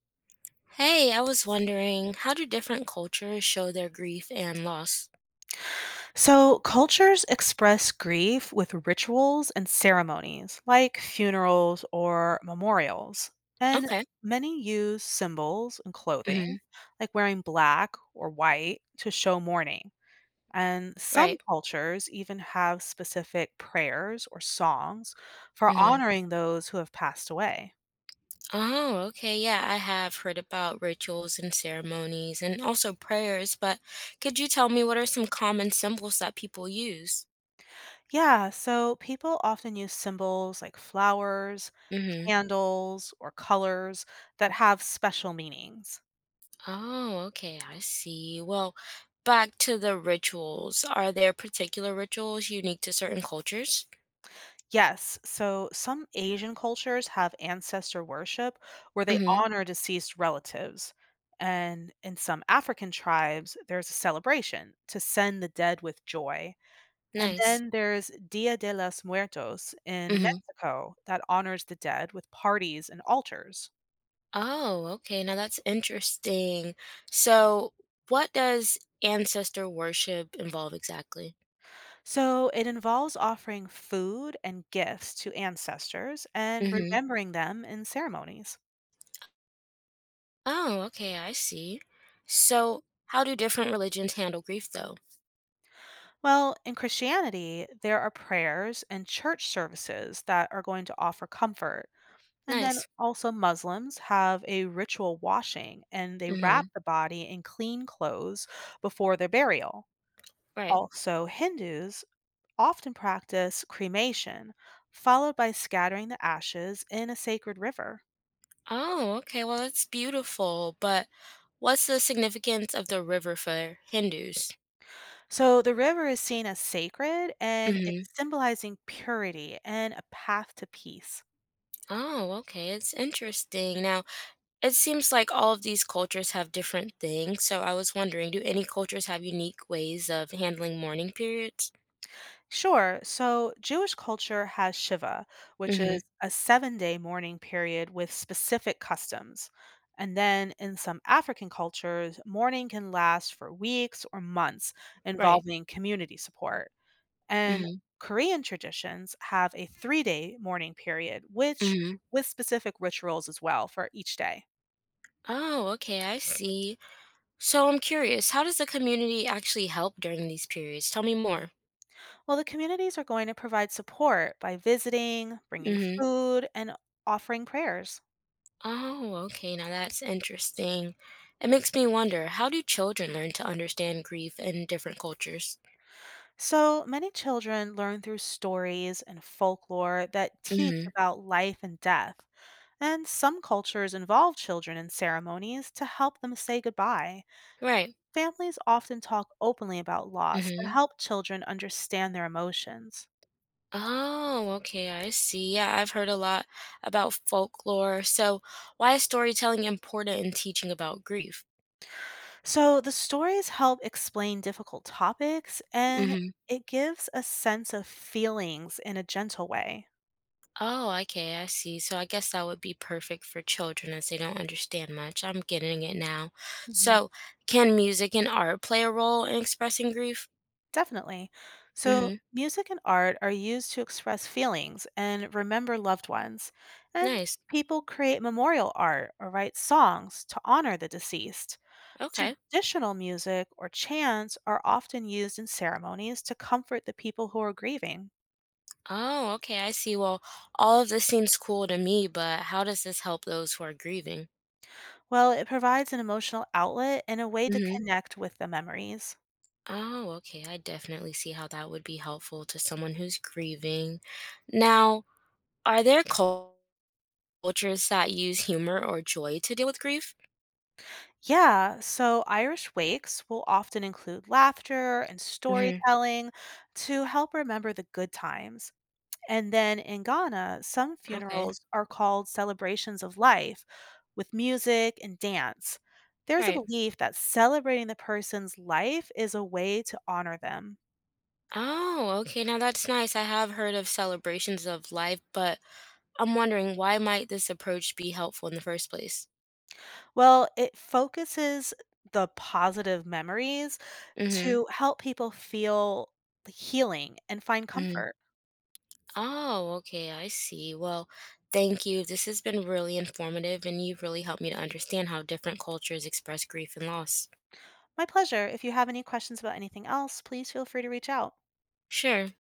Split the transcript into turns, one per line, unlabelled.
Hey, I was wondering, how do different cultures show their grief and loss?
So, cultures express grief with rituals and ceremonies, like funerals or memorials. And
Okay.
many use symbols and clothing,
Hmm.
like wearing black or white, to show mourning. And some
Right.
cultures even have specific prayers or songs for
Hmm.
honoring those who have passed away.
Oh, okay. Yeah, I have heard about rituals and ceremonies and also prayers, but could you tell me what are some common symbols that people use?
Yeah, so people often use symbols like flowers,
Hmm.
candles, or colors that have special meanings.
Oh, okay. I see. Well, back to the rituals. Are there particular rituals unique to certain cultures?
Yes. So some Asian cultures have ancestor worship where they
Hmm.
honor deceased relatives. And in some African tribes, there's a celebration to send the dead with joy. And
Nice.
then there's Dia de los Muertos in Mexico that honors the dead with parties and altars.
Oh, okay. Now that's interesting. So, what does ancestor worship involve exactly?
So it involves offering food and gifts to ancestors and
Hmm.
remembering them in ceremonies.
Oh, okay. I see. So, how do different religions handle grief, though?
Well, in Christianity, there are prayers and church services that are going to offer comfort. And then
Nice.
also, Muslims have a ritual washing and they
Hmm.
wrap the body in clean clothes before their burial.
Right.
Also, Hindus often practice cremation, followed by scattering the ashes in a sacred river.
Oh, okay. Well, that's beautiful. But what's the significance of the river for Hindus?
So, the river is seen as sacred and
Hmm.
it's symbolizing purity and a path to peace.
Oh, okay. It's interesting. Now, it seems like all of these cultures have different things, so I was wondering, do any cultures have unique ways of handling mourning periods?
Sure. So Jewish culture has Shiva, which
Mhm.
is a 7 day mourning period with specific customs. And then in some African cultures, mourning can last for weeks or months,
Right.
involving community support. And
Mhm.
Korean traditions have a 3 day mourning period, which
Mhm.
with specific rituals as well for each day.
Oh, okay, I see. So I'm curious, how does the community actually help during these periods? Tell me more.
Well, the communities are going to provide support by visiting, bringing
Mhm.
food, and offering prayers.
Oh, okay. Now that's interesting. It makes me wonder, how do children learn to understand grief in different cultures?
So many children learn through stories and folklore that teach
Mhm.
about life and death, and some cultures involve children in ceremonies to help them say goodbye.
Right.
Families often talk openly about loss to
Mhm.
help children understand their emotions.
Oh, okay, I see. Yeah, I've heard a lot about folklore. So, why is storytelling important in teaching about grief?
So the stories help explain difficult topics and
Hmm.
it gives a sense of feelings in a gentle way.
Oh, okay, I see. So, I guess that would be perfect for children as they don't understand much. I'm getting it now. So, can music and art play a role in expressing grief?
Definitely. So,
Hmm.
music and art are used to express feelings and remember loved ones. And
Nice.
people create memorial art or write songs to honor the deceased.
Okay.
Traditional music or chants are often used in ceremonies to comfort the people who are grieving.
Oh, okay, I see. Well, all of this seems cool to me, but how does this help those who are grieving?
Well, it provides an emotional outlet and a way to
Hmm.
connect with the memories.
Oh, okay. I definitely see how that would be helpful to someone who's grieving. Now, are there cul- cultures that use humor or joy to deal with grief?
Yeah, so Irish wakes will often include laughter and
Hmm.
storytelling to help remember the good times. And then in Ghana, some
Okay.
funerals are called celebrations of life with music and dance. There's a
Right.
belief that celebrating the person's life is a way to honor them.
Oh, okay. Now that's nice. I have heard of celebrations of life, but I'm wondering why might this approach be helpful in the first place?
Well, it focuses the positive memories
Mm-hmm.
to help people feel the healing and find
Mm-hmm.
comfort.
Oh, okay. I see. Well, thank you. This has been really informative, and you've really helped me to understand how different cultures express grief and loss.
My pleasure. If you have any questions about anything else, please feel free to reach out.
Sure.